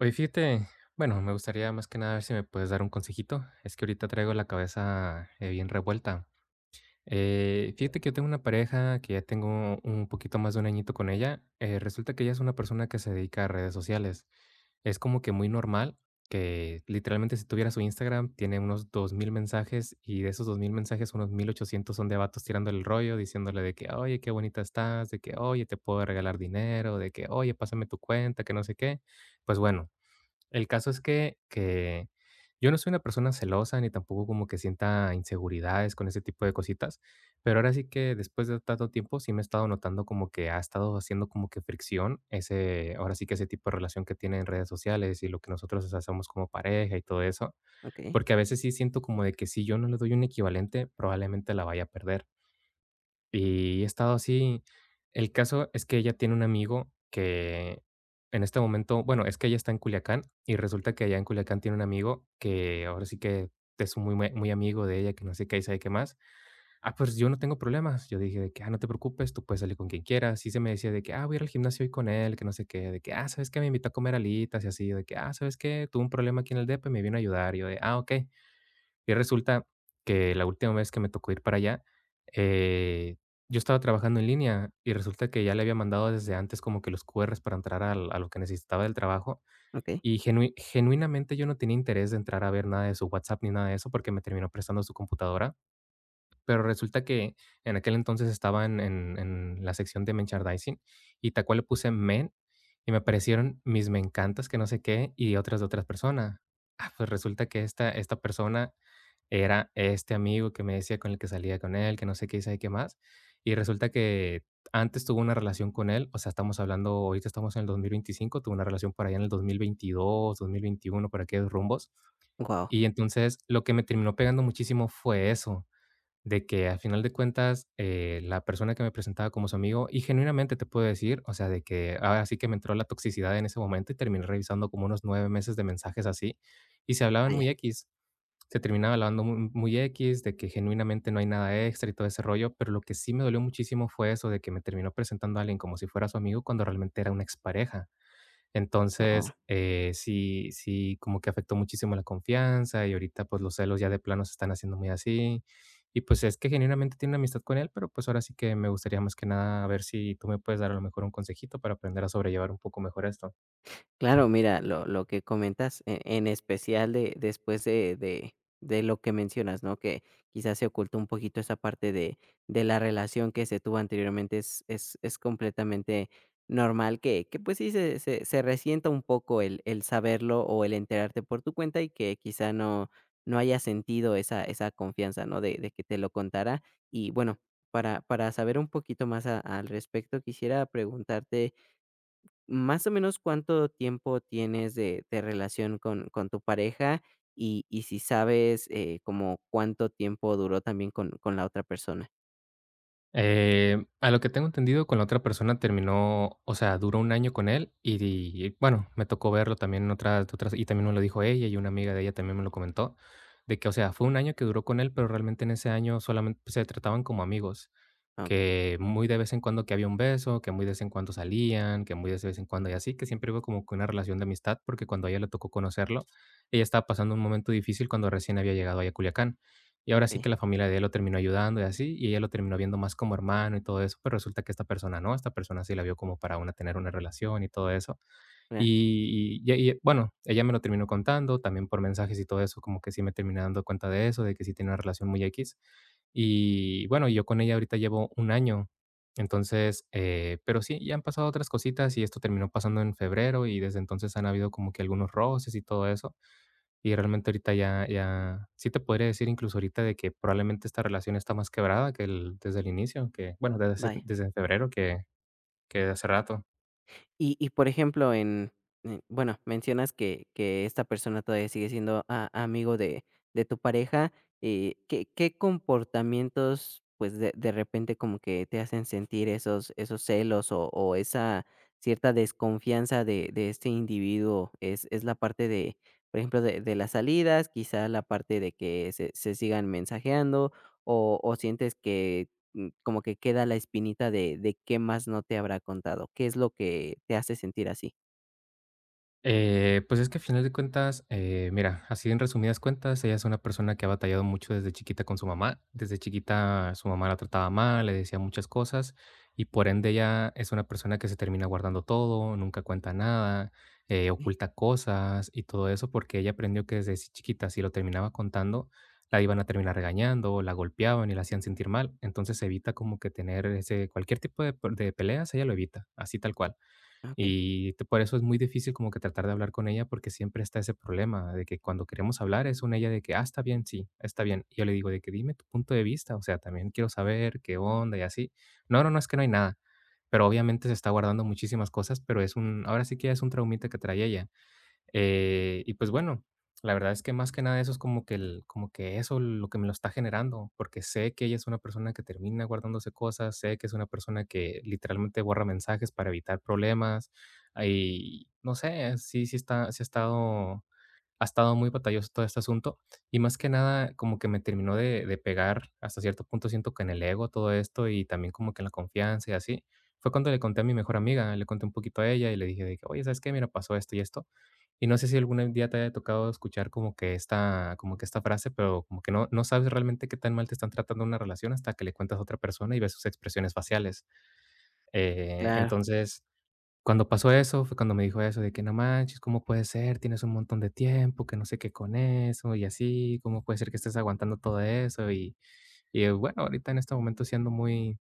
Oye, fíjate, bueno, me gustaría más que nada ver si me puedes dar un consejito. Es que ahorita traigo la cabeza bien revuelta. Fíjate que yo tengo una pareja que ya tengo un poquito más de un añito con ella. Resulta que ella es una persona que se dedica a redes sociales. Es como que muy normal que literalmente si tuviera su Instagram tiene unos 2000 mensajes, y de esos 2000 mensajes unos 1800 son de vatos tirándole el rollo, diciéndole de que, oye, qué bonita estás, de que, oye, te puedo regalar dinero, de que, oye, pásame tu cuenta, que no sé qué. Pues bueno. El caso es que yo no soy una persona celosa, ni tampoco como que sienta inseguridades con ese tipo de cositas, pero ahora sí que después de tanto tiempo sí me he estado notando como que ha estado haciendo como que fricción ese ahora sí que ese tipo de relación que tiene en redes sociales y lo que nosotros hacemos como pareja y todo eso, Okey, porque a veces sí siento como de que si yo no le doy un equivalente, probablemente la vaya a perder. Y he estado así. El caso es que ella tiene un amigo que en este momento, bueno, es que ella está en Culiacán, y resulta que allá en Culiacán tiene un amigo que ahora sí que es muy, muy, muy amigo de ella, que no sé qué y sabe qué más. Ah, pues yo no tengo problemas. Yo dije de que, ah, no te preocupes, tú puedes salir con quien quieras. Y se me decía de que, ah, voy a ir al gimnasio hoy con él, que no sé qué, de que, ah, sabes que me invitó a comer alitas y así, de que, ah, sabes que tuve un problema aquí en el DEP y me vino a ayudar. Y yo de, ah, ok. Y resulta que la última vez que me tocó ir para allá, eh, yo estaba trabajando en línea, y resulta que ya le había mandado desde antes como que los QRs para entrar al a lo que necesitaba del trabajo, okey, y genuinamente yo no tenía interés de entrar a ver nada de su WhatsApp ni nada de eso, porque me terminó prestando su computadora. Pero resulta que en aquel entonces estaba en la sección de merchandising, y tal cual le puse men, y me aparecieron mis me encantas, que no sé qué, y otras de otras personas. Ah, pues resulta que esta persona era este amigo que me decía con el que salía con él, que no sé qué y sabe qué más. Y resulta que antes tuvo una relación con él, o sea, estamos hablando, ahorita estamos en el 2025, tuvo una relación por allá en el 2022, 2021, por aquellos rumbos. wow, Guau. Y entonces, lo que me terminó pegando muchísimo fue eso, de que al final de cuentas, la persona que me presentaba como su amigo, y genuinamente te puedo decir, o sea, de que ahora sí que me entró la toxicidad en ese momento y terminé revisando como unos 9 meses de mensajes así, y se hablaban Ah, muy X, se terminaba hablando muy X, de que genuinamente no hay nada extra y todo ese rollo, pero lo que sí me dolió muchísimo fue eso, de que me terminó presentando a alguien como si fuera su amigo cuando realmente era una expareja. Entonces, sí, como que afectó muchísimo la confianza, y ahorita, pues, los celos ya de plano se están haciendo muy así. Y, pues, es que genuinamente tiene una amistad con él, pero, pues, ahora sí que me gustaría más que nada ver si tú me puedes dar a lo mejor un consejito para aprender a sobrellevar un poco mejor esto. Claro, mira, lo que comentas, especial de, de lo que mencionas, ¿no? Que quizás se ocultó un poquito esa parte de la relación que se tuvo anteriormente, es completamente normal que pues sí se resienta un poco el saberlo o el enterarte por tu cuenta y que quizá no haya sentido esa, esa confianza, ¿no? De que te lo contara. Y bueno, para saber un poquito más al respecto, quisiera preguntarte más o menos, ¿cuánto tiempo tienes de relación con tu pareja? Y si sabes, como cuánto tiempo duró también con la otra persona. A lo que tengo entendido, con la otra persona terminó, o sea, duró 1 año con él, y, bueno, me tocó verlo también en otras y también me lo dijo ella, y una amiga de ella también me lo comentó, de que, o sea, fue 1 año que duró con él, pero realmente en ese año solamente se trataban como amigos. Ah, Que muy de vez en cuando que había un beso, que muy de vez en cuando salían, que muy de vez en cuando y así, que siempre hubo como que una relación de amistad, porque cuando a ella le tocó conocerlo, ella estaba pasando un momento difícil cuando recién había llegado ahí a Culiacán. Y ahora sí okey, que la familia de él lo terminó ayudando y así, y ella lo terminó viendo más como hermano y todo eso, pero resulta que esta persona no, esta persona sí la vio como para una tener una relación y todo eso. claro, Y bueno, ella me lo terminó contando, también por mensajes y todo eso, como que sí me terminé dando cuenta de eso, de que sí tiene una relación muy x. Y bueno, yo con ella ahorita llevo 1 año. Entonces, pero sí, ya han pasado otras cositas y esto terminó pasando en febrero, y desde entonces han habido como que algunos roces y todo eso. Y realmente ahorita ya sí te podría decir incluso ahorita de que probablemente esta relación está más quebrada que el desde el inicio, que bueno, desde vaya. desde febrero que hace rato. Y, por ejemplo, en bueno, mencionas que esta persona todavía sigue siendo a amigo de tu pareja, ¿qué comportamientos, pues, de repente como que te hacen sentir esos celos o esa cierta desconfianza de este individuo? ¿Es la parte de, por ejemplo, de las salidas, quizá la parte de que se sigan mensajeando, o sientes que como que queda la espinita de qué más no te habrá contado, ¿qué es lo que te hace sentir así? Pues es que a final de cuentas, mira, así en resumidas cuentas, ella es una persona que ha batallado mucho desde chiquita con su mamá. Desde chiquita su mamá la trataba mal, le decía muchas cosas, y por ende ella es una persona que se termina guardando todo, nunca cuenta nada, Okey, oculta cosas y todo eso, porque ella aprendió que desde chiquita si lo terminaba contando, la iban a terminar regañando, la golpeaban y la hacían sentir mal. Entonces evita como que tener ese cualquier tipo de, de peleas, ella lo evita, así tal cual. ah, Y por eso es muy difícil como que tratar de hablar con ella, porque siempre está ese problema de que cuando queremos hablar es una ella de que, ah, está bien, sí, está bien. Y yo le digo de que dime tu punto de vista, o sea, también quiero saber qué onda y así. No, no, no, es que no hay nada. Pero obviamente se está guardando muchísimas cosas, pero es un, ahora sí que es un traumita que trae ella. Y pues bueno, la verdad es que más que nada eso es como que el como que eso lo que me lo está generando, porque sé que ella es una persona que termina guardándose cosas, sé que es una persona que literalmente borra mensajes para evitar problemas. Y no sé, sí, sí está, sí ha estado muy batalloso todo este asunto. Y más que nada, como que me terminó de pegar hasta cierto punto, siento que en el ego todo esto y también como que en la confianza y así. Fue cuando le conté a mi mejor amiga, le conté un poquito a ella y le dije de que, oye, ¿sabes qué? Mira, pasó esto y esto. Y no sé si algún día te haya tocado escuchar como que esta frase, pero como que no sabes realmente qué tan mal te están tratando una relación hasta que le cuentas a otra persona y ves sus expresiones faciales. Claro. Entonces, cuando pasó eso, fue cuando me dijo eso de que: "No manches, ¿cómo puede ser? Tienes un montón de tiempo, que no sé qué con eso y así, ¿cómo puede ser que estés aguantando todo eso?". Y bueno, ahorita en este momento siendo muy.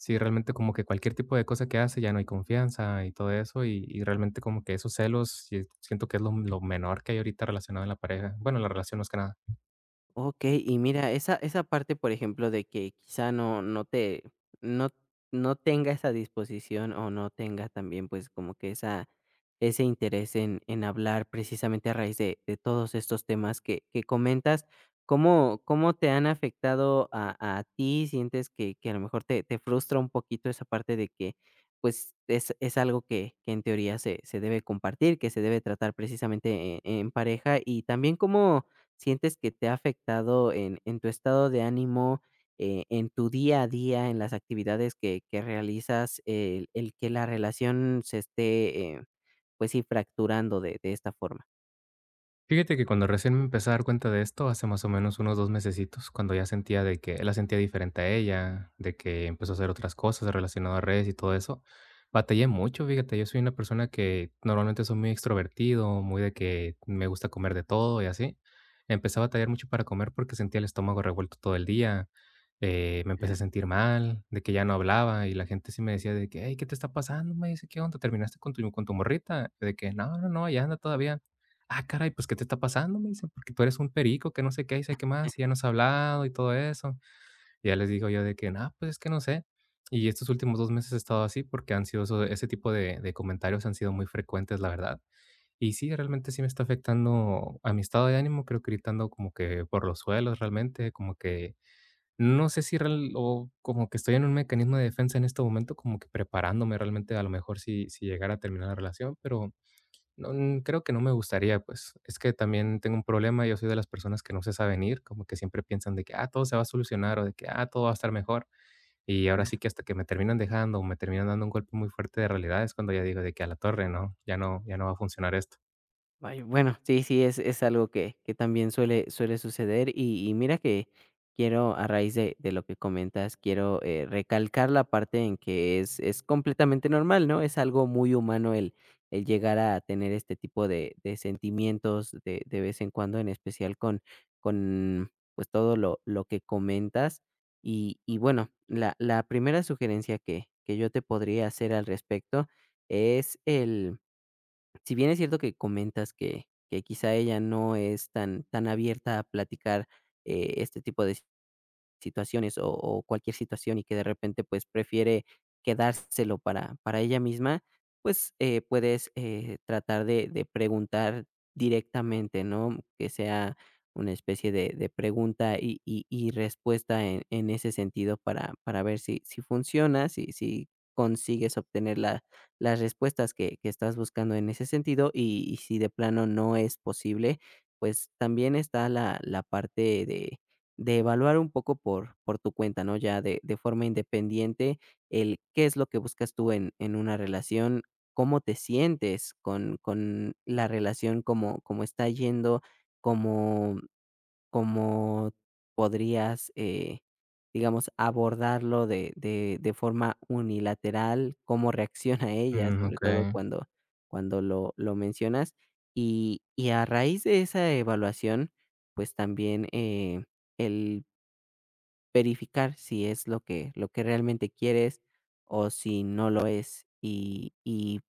Sí, realmente como que cualquier tipo de cosa que hace ya no hay confianza y todo eso, y realmente como que esos celos, sí siento que es lo menor que hay ahorita relacionado en la pareja, bueno, en la relación más que nada. Okey, y mira, esa esa parte, por ejemplo, de que quizá no te no no tenga esa disposición o no tenga también, pues, como que esa ese interés en hablar precisamente a raíz de todos estos temas que comentas, ¿cómo te han afectado a ti? ¿Sientes que a lo mejor te frustra un poquito esa parte de que, pues, es algo que en teoría se debe compartir, que se debe tratar precisamente en pareja? Y también, ¿cómo sientes que te ha afectado en tu estado de ánimo, en tu día a día, en las actividades que realizas, el que la relación se esté, pues sí, fracturando de esta forma? Fíjate que cuando recién me empecé a dar cuenta de esto, hace más o menos unos 2 mesecitos, cuando ya sentía de que la sentía diferente a ella, de que empezó a hacer otras cosas relacionadas a redes y todo eso, batallé mucho, fíjate, yo soy una persona que normalmente soy muy extrovertido, muy de que me gusta comer de todo y así. Empecé a batallar mucho para comer porque sentía el estómago revuelto todo el día, me empecé a sentir mal, de que ya no hablaba y la gente sí me decía de que: "Hey, ¿qué te está pasando?", me dice: "¿Qué onda? ¿Terminaste con tu morrita?", de que: "No, no, no, allá anda todavía". Ah, caray, pues, ¿qué te está pasando? Me dicen, porque tú eres un perico, que no sé qué, y sé qué más, y ya no has hablado y todo eso. Y ya les digo yo de que, no, pues, es que no sé. Y estos últimos 2 meses he estado así, porque han sido eso, ese tipo de comentarios han sido muy frecuentes, la verdad. Y sí, realmente sí me está afectando a mi estado de ánimo, creo que ahorita ando como que por los suelos realmente, como que no sé si real o como que estoy en un mecanismo de defensa en este momento, como que preparándome realmente, a lo mejor si llegara a terminar la relación, pero no, mm, creo que no me gustaría, pues, es que también tengo un problema, yo soy de las personas que no se saben ir, como que siempre piensan de que, ah, todo se va a solucionar o de que, ah, todo va a estar mejor. Y ahora sí que hasta que me terminan dejando o me terminan dando un golpe muy fuerte de realidad es cuando ya digo de que a la torre, ¿no? Ya no, ya no va a funcionar esto. Vaya, bueno, sí, sí, es algo que también suele, suele suceder y mira que quiero, a raíz de lo que comentas, quiero recalcar la parte en que es completamente normal, ¿no? Es algo muy humano el llegar a tener este tipo de sentimientos de vez en cuando, en especial con pues todo lo que comentas. Y bueno, la primera sugerencia que yo te podría hacer al respecto es el si bien es cierto que comentas que quizá ella no es tan abierta a platicar, este tipo de situaciones o cualquier situación y que de repente, pues, prefiere quedárselo para ella misma, pues, puedes, tratar de preguntar directamente, ¿no? Que sea una especie de pregunta y respuesta en ese sentido para ver si funciona, si consigues obtener la las respuestas que estás buscando en ese sentido, y si de plano no es posible, pues, también está la parte de evaluar un poco por tu cuenta, ¿no? Ya de forma independiente, el qué es lo que buscas tú en una relación, cómo te sientes con la relación, cómo está yendo, cómo cómo podrías, digamos, abordarlo de forma unilateral, cómo reacciona ella, Mm, sobre todo okey, cuando lo mencionas. Y a raíz de esa evaluación, pues, también, el verificar si es lo que realmente quieres o si no lo es. Y,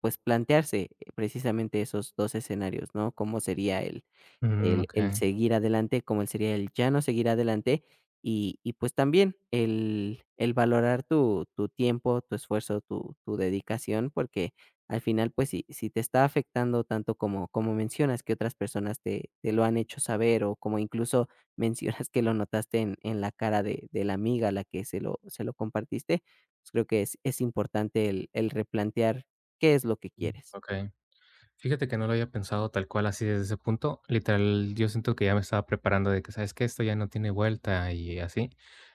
pues, plantearse precisamente esos 2 escenarios, ¿no? ¿Cómo sería el mm, okey, seguir adelante, como el sería el ya no seguir adelante y, pues, también el valorar tu tiempo, tu esfuerzo, tu dedicación, porque al final, pues, si te está afectando tanto como mencionas que otras personas te lo han hecho saber, o como incluso mencionas que lo notaste en la cara de la amiga a la que se lo compartiste, pues, creo que es importante el replantear qué es lo que quieres. okey. Fíjate que no lo había pensado tal cual así desde ese punto. Literal, yo siento que ya me estaba preparando de que, ¿sabes que Esto ya no tiene vuelta y así.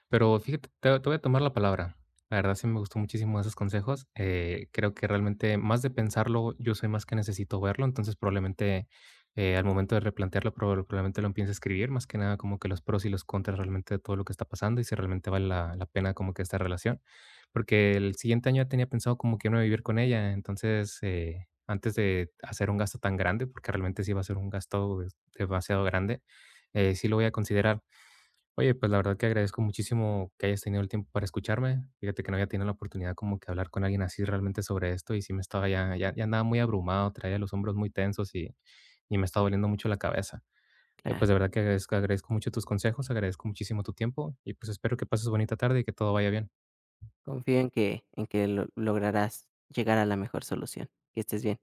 Pero fíjate, te voy a tomar la palabra. La verdad sí me gustó muchísimo esos consejos. Creo que realmente más de pensarlo, yo soy más que necesito verlo. Entonces probablemente al momento de replantearlo, probablemente lo empiece a escribir. Más que nada como que los pros y los contras realmente de todo lo que está pasando y si realmente vale la, la pena como que esta relación. Porque el siguiente año ya tenía pensado como que no vivir con ella. Entonces... antes de hacer un gasto tan grande, porque realmente sí va a ser un gasto demasiado grande, sí lo voy a considerar. Oye, pues la verdad que agradezco muchísimo que hayas tenido el tiempo para escucharme. Fíjate que no había tenido la oportunidad como que hablar con alguien así realmente sobre esto, y sí me estaba ya, ya, ya andaba muy abrumado, traía los hombros muy tensos y me estaba doliendo mucho la cabeza. Claro. Pues de verdad que agradezco, agradezco mucho tus consejos, agradezco muchísimo tu tiempo y pues espero que pases bonita tarde y que todo vaya bien. Confío en que lo lograrás llegar a la mejor solución. Que estés bien.